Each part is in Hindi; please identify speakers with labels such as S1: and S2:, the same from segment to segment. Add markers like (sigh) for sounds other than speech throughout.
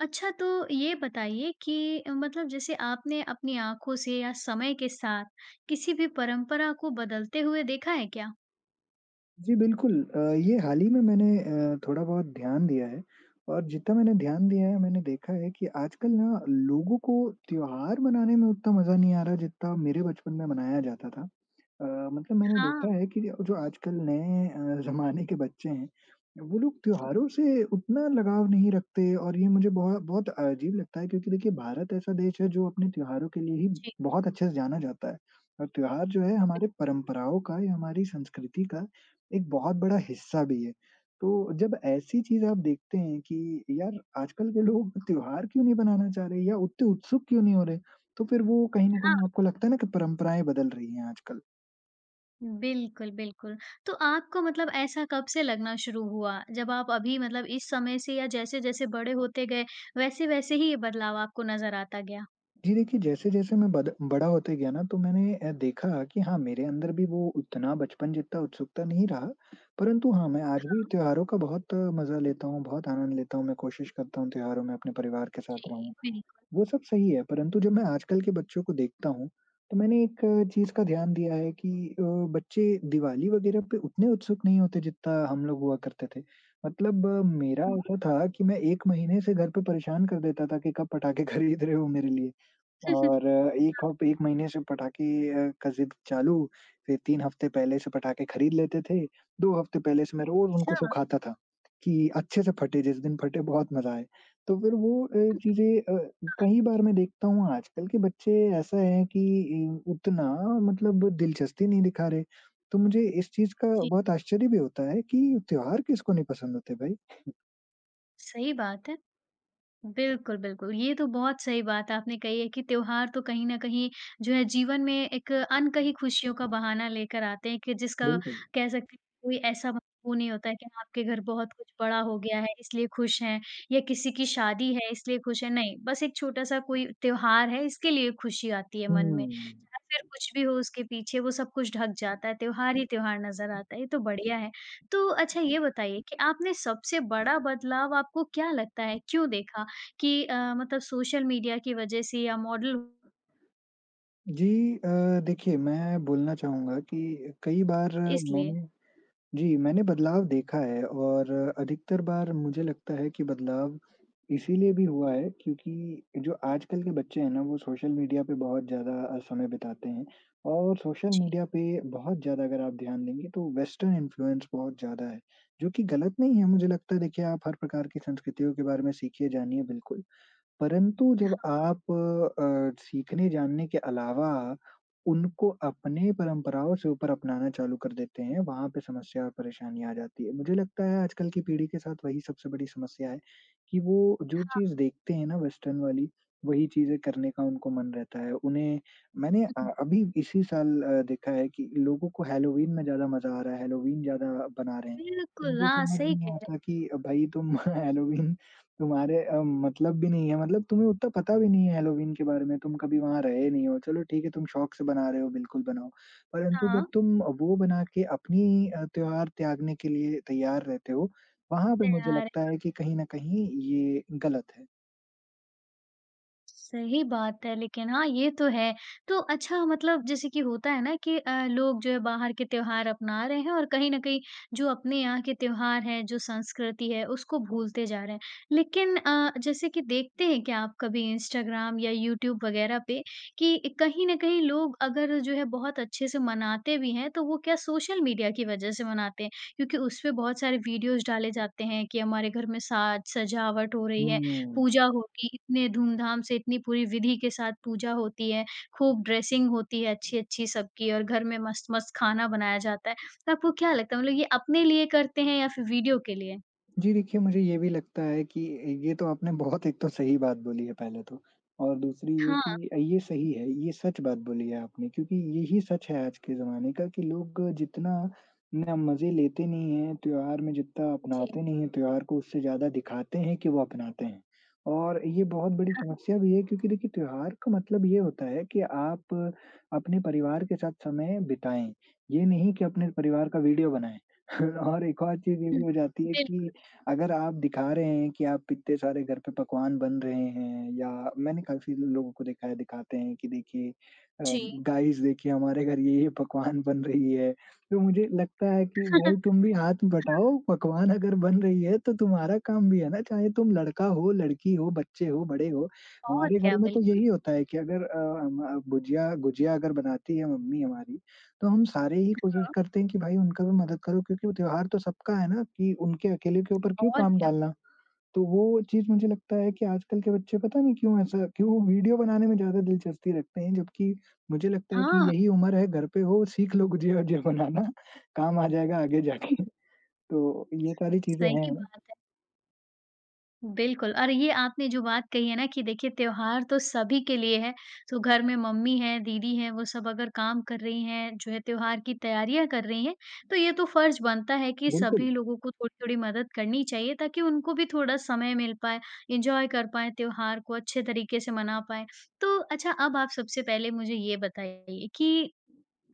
S1: अच्छा तो ये बताइए कि मतलब जैसे आपने अपनी आँखों से या समय के साथ किसी भी परंपरा को बदलते हुए देखा है क्या?
S2: जी, बिल्कुल ये हाल ही में मैंने थोड़ा बहुत ध्यान दिया है और जितना मैंने ध्यान दिया है, मैंने देखा है कि आजकल ना लोगों को त्योहार मनाने में उतना मज़ा नहीं आ रहा जितना मेरे बचपन में मनाया जाता था। अ, मतलब मैंने
S1: हाँ,
S2: देखा है कि जो आजकल नए ज़माने के बच्चे हैं, वो लोग त्योहारों से उतना लगाव नहीं रखते और ये मुझे बहुत बहुत अजीब लगता है क्योंकि देखिए भारत ऐसा देश है जो अपने त्योहारों के लिए ही
S1: जी,
S2: बहुत अच्छे से जाना जाता है और त्योहार जो है हमारे परंपराओं का या हमारी संस्कृति का एक बहुत बड़ा हिस्सा भी है। तो जब ऐसी चीज़ आप देखते हैं कि यार आजकल के लोग त्योहार क्यों नहीं मनाना चाह रहे या उतने उत्सुक क्यों नहीं हो रहे, तो फिर वो कहीं न
S1: हाँ।
S2: कहीं आपको लगता है ना कि परंपराएँ बदल रही हैं आजकल।
S1: बिल्कुल, बिल्कुल। तो आपको मतलब ऐसा कब से लगना शुरू हुआ? जब आप अभी मतलब इस समय से या जैसे-जैसे बड़े होते गए, वैसे-वैसे ही ये बदलाव आपको नज़र आता गया?
S2: जी देखिए, जैसे-जैसे मैं बद बड़ा होते गया ना तो मैंने देखा कि हाँ, मेरे अंदर भी वो उतना बचपन जितना उत्सुकता नहीं रहा, परंतु हाँ, मैं आज भी
S1: हाँ,
S2: त्योहारों का बहुत मज़ा लेता हूँ, बहुत आनंद लेता हूँ। मैं कोशिश करता हूँ त्योहारों में अपने परिवार के साथ रहूँ,
S1: जी, बिल्कुल।
S2: वो सब सही है। परंतु जब मैं आजकल के बच्चों को देखता हूँ, तो मैंने एक चीज़ का ध्यान दिया है कि अ, बच्चे दिवाली वगैरह पे उतने उत्सुक नहीं होते जितना हम लोग हुआ करते थे। मतलब मेरा
S1: हाँ।
S2: ऐसा था कि मैं 1 महीने से घर पे परेशान कर देता था कि कब पटाखे खरीद रहे हो मेरे लिए? और
S1: (laughs)
S2: एक हफ 1 महीने से पटाखे का ज़िद चालू, फिर 3 हफ्ते पहले से पटाखे खरीद लेते थे, 2 हफ्ते पहले से मैं रोज़
S1: अच्छा,
S2: उनको सुखाता था, कि अच्छे से फटे, जिस दिन फटे बहुत मज़ा आए। तो फिर वो चीज़ें, कई बार मैं देखता हूँ आजकल के बच्चे ऐसा है कि उतना मतलब दिलचस्पी नहीं दिखा रहे, तो मुझे इस चीज़ का
S1: जी,
S2: बहुत आश्चर्य भी होता है कि त्योहार किसको नहीं पसंद होते भाई?
S1: सही बात है। बिल्कुल, बिल्कुल। ये तो बहुत सही बात आपने कही है कि त्योहार तो कहीं न कहीं जो है जीवन में एक अनकही खुशियों का बहाना लेकर आते हैं कि जिसका
S2: बिल्कुल।
S1: कह सकते हैं कि कोई ऐसा मतलब वो नहीं होता है कि हाँ, आपके घर बहुत कुछ बड़ा हो गया है इसलिए खुश हैं या किसी की शादी है इसलिए खुश हैं। नहीं, बस एक छोटा-सा कोई त्योहार है इसके लिए खुशी आती है मन में।
S2: हुँ।
S1: चाहे फिर कुछ भी हो उसके पीछे वो सब कुछ ढक जाता है, त्योहार ही त्योहार नज़र आता है। ये तो बढ़िया है। तो अच्छा ये बताइए कि आपने सबसे बड़ा बदलाव आपको क्या लगता है क्यों देखा? कि मतलब सोशल मीडिया की वजह से या मॉडल
S2: जी देखिए मैं बोलना चाहूँगा कि कई बार
S1: इसलिए।
S2: मैंने जी, मैंने बदलाव देखा है और अधिकतर बार मुझे लगता है कि बदलाव इसीलिए भी हुआ है क्योंकि जो आजकल के बच्चे हैं ना वो सोशल मीडिया पे बहुत ज़्यादा समय बिताते हैं और सोशल
S1: जी।
S2: मीडिया पे बहुत ज़्यादा अगर आप ध्यान देंगे तो वेस्टर्न इन्फ्लुएंस बहुत ज़्यादा है, जो कि गलत नहीं है मुझे लगता है देखिए आप हर प्रकार की संस्कृतियों के बारे में सीखिए, जानिए बिल्कुल। परंतु जब आप सीखने जानने के अलावा उनको अपने परंपराओं से ऊपर अपनाना चालू कर देते हैं, वहाँ पे समस्या और परेशानी आ जाती है। मुझे लगता है आजकल की पीढ़ी के साथ वही सबसे बड़ी समस्या है कि वो जो
S1: हाँ,
S2: चीज़ देखते हैं ना वेस्टर्न वाली, वही चीज़ें करने का उनको मन रहता है। उन्हें मैंने अभी इसी साल देखा है कि लोगों को हैलोवीन में ज़्यादा मज़ा आ रहा है, हैलोवीन ज़्यादा बना रहे हैं। तो
S1: बिल्कुल,
S2: मुझे
S1: हाँ,
S2: समझ
S1: सही
S2: नहीं
S1: कह रहे
S2: आता कि भाई तुम (laughs) हैलोवीन तुम्हारे मतलब भी नहीं है मतलब तुम्हें उतना पता भी नहीं है हैलोवीन के बारे में, तुम कभी वहाँ रहे नहीं हो। चलो ठीक है तुम शौक से बना रहे हो, बिल्कुल बनाओ। परंतु जब
S1: हैं।
S2: तुम वो बना के अपनी त्योहार त्यागने के लिए तैयार रहते हो, वहाँ पे मुझे
S1: हाँ,
S2: लगता है कि कहीं न कहीं ये गलत है।
S1: सही बात है, लेकिन हाँ, ये तो है। तो अच्छा मतलब जैसे कि होता है ना कि लोग जो है बाहर के त्योहार अपना रहे हैं और कहीं न कहीं जो अपने यहाँ के त्योहार हैं, जो संस्कृति है, उसको भूलते जा रहे हैं। लेकिन जैसे कि देखते हैं क्या आप कभी इंस्टाग्राम या यूट्यूब वगैरह पे कि कहीं न कहीं लोग अगर जो है बहुत अच्छे से मनाते भी हैं, तो वो क्या सोशल मीडिया की वजह से मनाते हैं। क्योंकि उसपे बहुत सारे वीडियोज़ डाले जाते हैं कि हमारे घर में साज सजावट हो रही है
S2: हुँ।
S1: पूजा होगी, इतने धूमधाम से इतनी पूरी विधि के साथ पूजा होती है, खूब ड्रेसिंग होती है अच्छी-अच्छी सबकी और घर में मस्त-मस्त खाना बनाया जाता है। तो आपको क्या लगता है मतलब ये अपने लिए करते हैं या फिर वीडियो के लिए?
S2: जी, देखिए मुझे ये भी लगता है कि ये तो आपने बहुत एक तो सही बात बोली है पहले तो और दूसरी ये
S1: हाँ,
S2: कि ये सही है, ये सच बात बोली है आपने क्योंकि यही सच है आज के ज़माने का कि लोग जितना ना मज़े लेते नहीं हैं त्योहार में, जितना
S1: जी।
S2: अपनाते नहीं हैं त्योहार को, उससे ज़्यादा दिखाते हैं कि वो अपनाते हैं। और ये बहुत बड़ी
S1: (laughs)
S2: समस्या भी है क्योंकि देखिए त्योहार का मतलब ये होता है कि आप अपने परिवार के साथ समय बिताएँ, ये नहीं कि अपने परिवार का वीडियो बनाएँ। (laughs) और एक और चीज़ ये भी हो जाती है कि
S1: बिल्कुल,
S2: अगर आप दिखा रहे हैं कि आप इतने सारे घर पे पकवान बन रहे हैं या मैंने काफ़ी लोगों को देखा है दिखाते हैं कि देखिए अ,
S1: जी।
S2: गाइस देखिए हमारे घर ये-ये पकवान बन रही है। तो मुझे लगता है कि भाई
S1: (laughs)
S2: तुम भी हाथ बटाओ, पकवान अगर बन रही है तो तुम्हारा काम भी है ना, चाहे तुम लड़का हो, लड़की हो, बच्चे हो, बड़े हो।
S1: और
S2: हमारे घर
S1: क्या
S2: में तो
S1: बिल्कुल,
S2: यही होता है कि अगर हम भुजिया गुजिया अगर बनाती है मम्मी हमारी तो हम सारे ही कोशिश
S1: हाँ,
S2: करते हैं कि भाई उनका भी मदद करो क्योंकि वो त्योहार तो सबका है ना कि उनके अकेले के ऊपर क्यों
S1: और
S2: काम
S1: क्या।
S2: डालना। तो वो चीज़ मुझे लगता है कि आजकल के बच्चे पता नहीं क्यों ऐसा क्यों वीडियो बनाने में ज़्यादा दिलचस्पी रखते हैं जबकि मुझे लगता है कि
S1: हाँ,
S2: यही उम्र है घर पे हो सीख लो गुजिया वुजिया बनाना, काम आ जाएगा आगे जाके।
S1: (laughs)
S2: तो ये सारी चीज़ें
S1: सही
S2: हैं।
S1: बात। बिल्कुल और ये आपने जो बात कही है ना कि देखिए त्योहार तो सभी के लिए है, तो घर में मम्मी हैं, दीदी हैं, वो सब अगर काम कर रही हैं, जो है त्योहार की तैयारियाँ कर रही हैं, तो ये तो फ़र्ज़ बनता है कि
S2: बिल्कुल।
S1: सभी लोगों को थोड़ी-थोड़ी मदद करनी चाहिए ताकि उनको भी थोड़ा समय मिल पाए, एन्जॉय कर पाएँ त्योहार को अच्छे तरीके से मना पाएँ। तो अच्छा अब आप सबसे पहले मुझे ये बताइए कि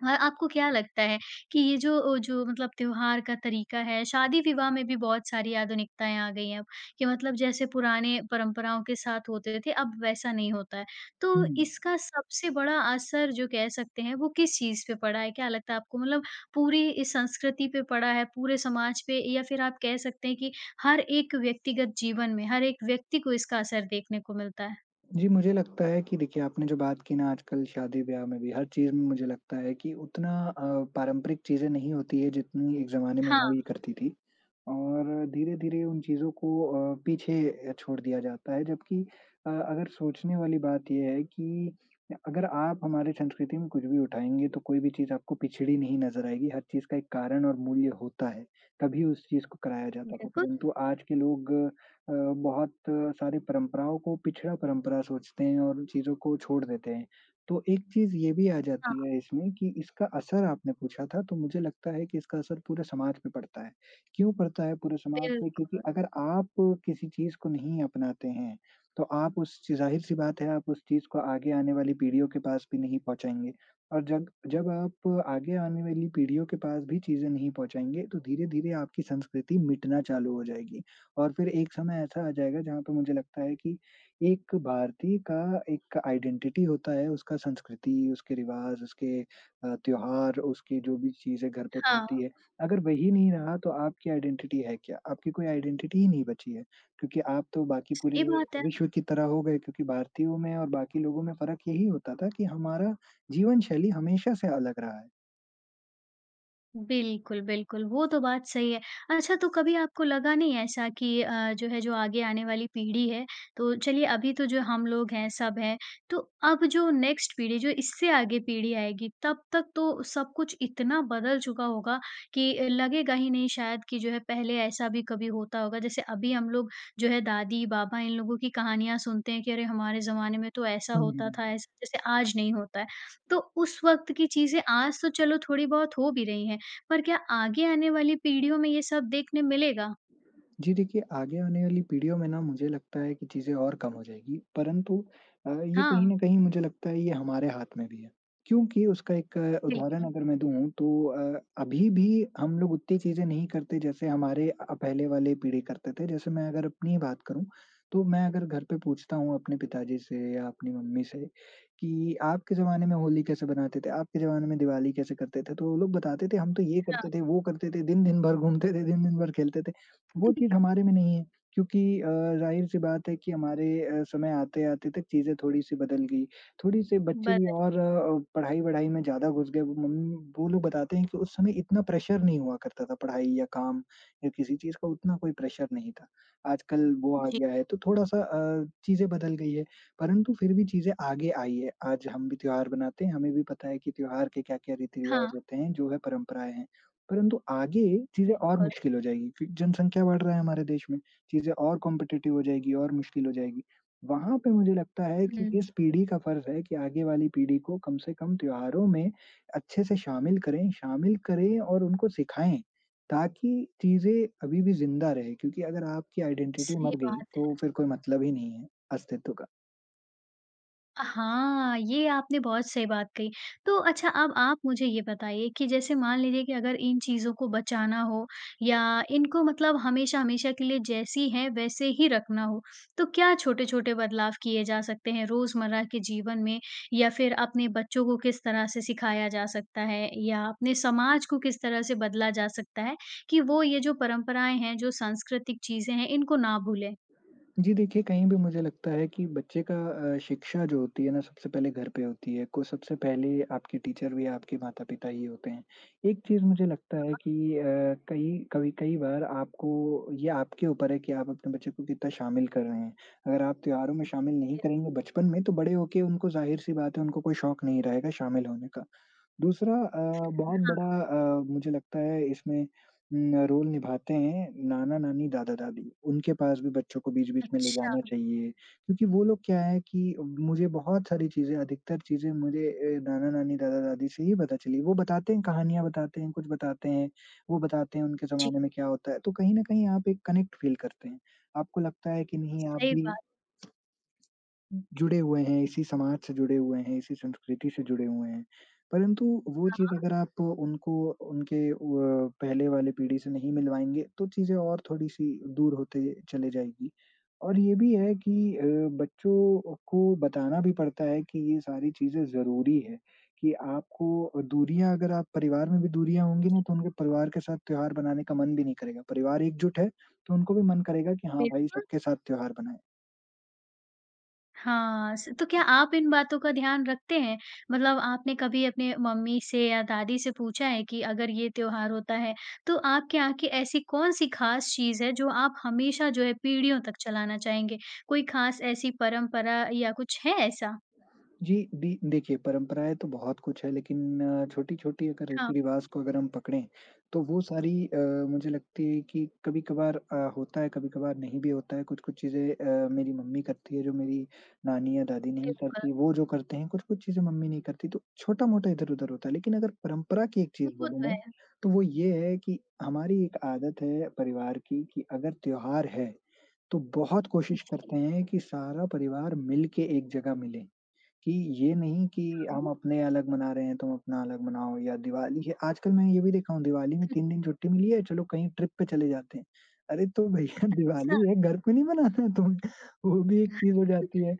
S1: हाँ, आपको क्या लगता है कि ये जो मतलब त्योहार का तरीका है, शादी-विवाह में भी बहुत सारी आधुनिकताएँ आ गई हैं अब, कि मतलब जैसे पुराने परंपराओं के साथ होते थे, अब वैसा नहीं होता है। तो
S2: हुँ।
S1: इसका सबसे बड़ा असर जो कह सकते हैं, वो किस चीज़ पे पड़ा है? क्या लगता है आपको? मतलब पूरी इस संस्कृति पे पड़ा है, पूरे समाज पे या फिर आप कह सकते हैं कि हर एक व्यक्तिगत जीवन में, हर एक व्यक्ति को इसका असर देखने को मिलता है?
S2: जी, मुझे लगता है कि देखिए आपने जो बात की ना आजकल शादी-ब्याह में भी हर चीज़ में मुझे लगता है कि उतना पारंपरिक चीज़ें नहीं होती है जितनी एक ज़माने में हुई
S1: हाँ,
S2: करती थी। और धीरे-धीरे उन चीज़ों को पीछे छोड़ दिया जाता है जबकि अगर सोचने वाली बात ये है कि अगर आप हमारे संस्कृति में कुछ भी उठाएँगे तो कोई भी चीज़ आपको पिछड़ी नहीं नज़र आएगी। हर चीज़ का एक कारण और मूल्य होता है, तभी उस चीज़ को कराया जाता था।
S1: बिल्कुल।
S2: परंतु आज के लोग अ, बहुत सारी परंपराओं को पिछड़ा परंपरा सोचते हैं और उन चीज़ों को छोड़ देते हैं। तो एक चीज़ ये भी आ
S1: हाँ,
S2: जाती है इसमें कि इसका असर आपने पूछा था, तो मुझे लगता है कि इसका असर पूरे समाज पे पड़ता है। क्यों पड़ता है पूरे समाज पे? क्योंकि
S1: बिल्कुल।
S2: अगर आप किसी चीज़ को नहीं अपनाते हैं, तो आप उस ची ज़ाहिर-सी बात है, आप उस चीज़ को आगे आने वाली पीढ़ियों के पास भी नहीं पहुँचाएँगे और जब जब आप आगे आने वाली पीढ़ियों के पास भी चीज़ें नहीं पहुँचाएँगे, तो धीरे-धीरे आपकी संस्कृति मिटना चालू हो जाएगी। और फिर एक समय ऐसा आ जाएगा जहाँ पे मुझे लगता है कि एक भारतीय का एक आइडेंटिटी होता है, उसका संस्कृति, उसके रिवाज, उसके त्योहार, उसकी जो भी चीज़ें घर पे चलती
S1: हाँ,
S2: है। अगर वही नहीं रहा तो आपकी आइडेंटिटी है क्या? आपकी कोई आइडेंटिटी ही नहीं बची है, क्योंकि आप तो बाकी पूरे
S1: सही बात है।
S2: विश्व की तरह हो गए क्योंकि भारतीयों में और बाकी लोगों में फ़र्क यही होता था कि हमारा जीवन शैली हमेशा से अलग रहा है।
S1: बिल्कुल, बिल्कुल, वो तो बात सही है। अच्छा तो कभी आपको लगा नहीं ऐसा कि जो है जो आगे आने वाली पीढ़ी है, तो चलिए अभी तो जो हम लोग हैं, सब हैं, तो अब जो नेक्स्ट पीढ़ी जो इससे आगे पीढ़ी आएगी, तब तक तो सब कुछ इतना बदल चुका होगा कि लगेगा ही नहीं शायद कि जो है पहले ऐसा भी कभी होता होगा। जैसे अभी हम लोग जो है दादी-बाबा इन लोगों की कहानियाँ सुनते हैं कि अरे हमारे ज़माने में तो ऐसा होता
S2: हम्म।
S1: था, ऐसा जैसे आज नहीं होता है। तो उस वक़्त की चीज़ें आज तो चलो थोड़ी बहुत हो भी रही हैं, पर क्या आगे आने वाली पीढ़ियों में ये सब देखने मिलेगा?
S2: जी देखिए, आगे आने वाली पीढ़ियों में ना मुझे लगता है कि चीज़ें और कम हो जाएगी, परंतु ये कहीं
S1: हाँ,
S2: न कहीं मुझे लगता है ये हमारे हाथ में भी है। क्योंकि उसका एक उदाहरण
S1: बिल्कुल।
S2: अगर मैं दूँ तो अभी भी हम लोग उतनी चीज़ें नहीं करते जैसे हमारे पहले वाले पीढ़ी करते थे। जैसे मैं अगर अपनी बात करूँ, तो मैं अगर घर पे पूछता हूँ अपने पिताजी से या अपनी मम्मी से कि आपके ज़माने में होली कैसे बनाते थे? आपके ज़माने में दिवाली कैसे करते थे? तो वो लोग बताते थे हम तो ये
S1: हाँ,
S2: करते थे, वो करते थे, दिन-दिन भर घूमते थे, दिन-दिन भर खेलते थे। वो चीज़ हमारे में नहीं है क्योंकि ज़ाहिर-सी बात है कि हमारे समय आते-आते तक चीज़ें थोड़ी-सी बदल गई। थोड़ी-सी बच्चे भी
S1: बदल
S2: और पढ़ाई-वढ़ाई में ज़्यादा घुस गए। वो लोग बताते हैं कि उस समय इतना प्रेशर नहीं हुआ करता था पढ़ाई या काम या किसी चीज़ का उतना कोई प्रेशर नहीं था। आजकल वो आ
S1: जी।
S2: गया है तो थोड़ा-सा चीज़ें बदल गई है, परंतु फिर भी चीज़ें आगे आई है। आज हम भी त्योहार बनाते हैं, हमें भी पता है कि त्योहार के क्या-क्या
S1: हाँ,
S2: रीति-रिवाज होते हैं, जो है परंपराएँ हैं। परंतु आगे चीज़ें और
S1: बिल्कुल।
S2: मुश्किल हो जाएगी क्यों जनसंख्या बढ़ रहा है हमारे देश में, चीज़ें और कॉम्पिटिटिव हो जाएगी और मुश्किल हो जाएगी। वहाँ पे मुझे लगता है कि
S1: हुँ,
S2: इस पीढ़ी का फ़र्ज़ है कि आगे वाली पीढ़ी को कम से कम त्योहारों में अच्छे से शामिल करें और उनको सिखाएँ, ताकि चीज़ें अभी भी ज़िंदा रहे क्योंकि अगर आपकी आइडेंटिटी
S1: सही
S2: मर गई,
S1: बात।
S2: तो फिर कोई मतलब ही नहीं है अस्तित्व का।
S1: हाँ, ये आपने बहुत सही बात कही। तो अच्छा अब आप मुझे ये बताइए कि जैसे मान लीजिए कि अगर इन चीज़ों को बचाना हो या इनको मतलब हमेशा-हमेशा के लिए जैसी हैं वैसे ही रखना हो, तो क्या छोटे-छोटे बदलाव किए जा सकते हैं रोज़मर्रा के जीवन में? या फिर अपने बच्चों को किस तरह से सिखाया जा सकता है? या अपने समाज को किस तरह से बदला जा सकता है कि वो ये जो परंपराएँ हैं, जो सांस्कृतिक चीज़ें हैं, इनको ना भूलें?
S2: जी देखिए, कहीं भी मुझे लगता है कि बच्चे का शिक्षा जो होती है ना सबसे पहले घर पे होती है, को सबसे पहले आपके टीचर भी आपके माता-पिता ही होते हैं। एक चीज़ मुझे लगता है कि कई कभी कई बार आपको ये आपके ऊपर है कि आप अपने बच्चे को कितना शामिल कर रहे हैं। अगर आप त्योहारों में शामिल नहीं करेंगे बचपन में तो बड़े होके उनको ज़ाहिर-सी बात है उनको कोई शौक नहीं रहेगा शामिल होने का। दूसरा बहुत बड़ा
S1: हाँ,
S2: मुझे लगता है इसमें न रोल निभाते हैं नाना-नानी, दादा-दादी। उनके पास भी बच्चों को बीच-बीच में ले
S1: अच्छा।
S2: जाना चाहिए, क्योंकि वो लोग क्या है कि मुझे बहुत सारी चीज़ें अधिकतर चीज़ें मुझे नाना-नानी, दादा-दादी से ही पता चली। वो बताते हैं, कहानियाँ बताते हैं, कुछ बताते हैं, वो बताते हैं उनके
S1: जी,
S2: ज़माने में क्या होता है, तो कहीं न कहीं आप एक कनेक्ट फ़ील करते हैं। आपको लगता है कि नहीं आप
S1: सही
S2: भी
S1: बात,
S2: जुड़े हुए हैं, इसी समाज से जुड़े हुए हैं, इसी संस्कृति से जुड़े हुए हैं। परंतु वो चीज़ अगर आप उनको उनके व पहले वाले पीढ़ी से नहीं मिलवाएँगे, तो चीज़ें और थोड़ी-सी दूर होते चले जाएगी। और ये भी है कि बच्चों को बताना भी पड़ता है कि ये सारी चीज़ें ज़रूरी है, कि आपको दूरियाँ अगर आप परिवार में भी दूरियाँ होंगी ना, तो उनके परिवार के साथ त्योहार बनाने का मन भी नहीं करेगा। परिवार एकजुट है, तो उनको भी मन करेगा कि हाँ भाई,
S1: बिल्कुल।
S2: सबके साथ त्योहार बनाएँ।
S1: हाँ, स तो क्या आप इन बातों का ध्यान रखते हैं? मतलब आपने कभी अपने मम्मी से या दादी से पूछा है कि अगर ये त्योहार होता है, तो आपके यहाँ की ऐसी कौन-सी ख़ास चीज़ है जो आप हमेशा जो है पीढ़ियों तक चलाना चाहेंगे? कोई ख़ास ऐसी परंपरा या कुछ है ऐसा?
S2: जी, दी देखिए परंपराएँ तो बहुत कुछ है लेकिन छोटी-छोटी अगर
S1: हाँ,
S2: रीति-रिवाज़ को अगर हम पकड़ें, तो वो सारी मुझे लगती है कि कभी-कभार होता है, कभी-कभार नहीं भी होता है। कुछ-कुछ चीज़ें मेरी मम्मी करती है जो मेरी नानी या दादी नहीं
S1: बिल्कुल,
S2: करती, वो जो करते हैं, कुछ-कुछ चीज़ें मम्मी नहीं करती, तो छोटा-मोटा इधर-उधर होता है। लेकिन अगर परंपरा की एक चीज़
S1: वो
S2: बोलूँ
S1: तो है।
S2: मैं, तो वो ये है कि हमारी एक आदत है परिवार की कि अगर त्योहार है, तो बहुत कोशिश
S1: जी,
S2: करते हैं कि सारा परिवार मिल के एक जगह मिले। कि ये नहीं कि हम
S1: हाँ,
S2: अपने अलग मना रहे हैं, तुम अपना अलग मनाओ या दिवाली है आजकल मैं ये भी देखा हूँ दिवाली में 3 दिन छुट्टी मिली है, चलो कहीं ट्रिप पे चले जाते हैं। अरे तो भैया (laughs)
S1: अच्छा।
S2: दिवाली है, घर पे नहीं मनाना है तुम्हें? वो भी एक चीज़ हो जाती
S1: (laughs)
S2: है।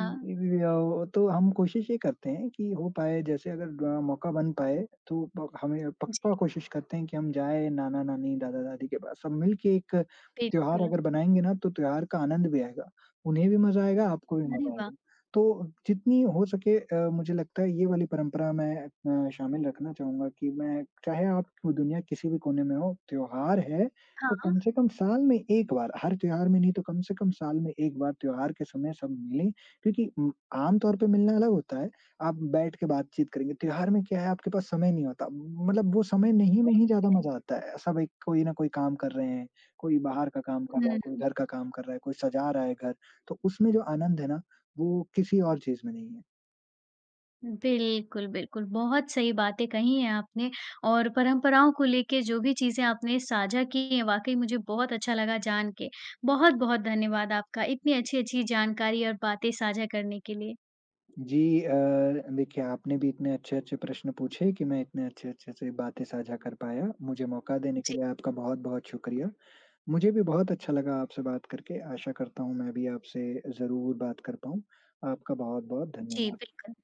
S2: तो हम कोशिश ये करते हैं कि हो पाए जैसे अगर मौका बन पाए तो प हमें
S1: जी,
S2: पक्का कोशिश करते हैं कि हम जाएँ नाना-नानी, दादा-दादी के पास, सब मिल के एक त्योहार
S1: बिल्कुल।
S2: अगर बनाएँगे ना तो त्योहार का आनंद भी आएगा। उन्हें भी मज़ा आएगा, आपको भी
S1: अरे
S2: मज़ा
S1: वाह!
S2: आएगा। तो जितनी हो सके मुझे लगता है ये वाली परंपरा मैं शामिल रखना चाहूँगा कि मैं चाहे आप वो दुनिया के किसी भी कोने में हो, त्योहार है तो
S1: हाँ,
S2: कम से कम साल में 1 बार, हर त्योहार में नहीं तो कम से कम साल में 1 बार त्योहार के समय सब मिलें क्योंकि आम तौर पे मिलना अलग होता है, आप बैठ के बातचीत करेंगे, त्योहार में क्या है आपके पास समय नहीं होता, मतलब वो समय नहीं
S1: वो
S2: में ही ज़्यादा
S1: तो है।
S2: मज़ा आता है। सब एक कोई ना कोई काम कर रहे हैं, कोई बाहर का काम कर रहा है, कोई
S1: हुँ।
S2: घर का काम कर रहा है, कोई सजा रहा है घर, तो उसमें जो आनंद है ना, वो किसी और चीज़ में नहीं है।
S1: बिल्कुल, बिल्कुल। बहुत सही बातें कही हैं आपने और परंपराओं को लेके जो भी चीज़ें आपने साझा की हैं, वाक़ई मुझे बहुत अच्छा लगा जान के। बहुत-बहुत धन्यवाद आपका इतनी अच्छी-अच्छी जानकारी और बातें साझा करने के लिए।
S2: जी देखिए आपने भी इतने अच्छे-अच्छे प्रश्न पूछे कि मैं इतने अच्छे-अच्छे से बातें साझा कर पाया। मुझे मौका देने के
S1: जी,
S2: लिए आपका बहुत-बहुत शुक्रिया। मुझे भी बहुत अच्छा लगा आपसे बात करके। आशा करता हूँ मैं भी आपसे ज़रूर बात कर पाऊँ। आपका बहुत-बहुत
S1: जी,
S2: धन्यवाद।
S1: बिल्कुल।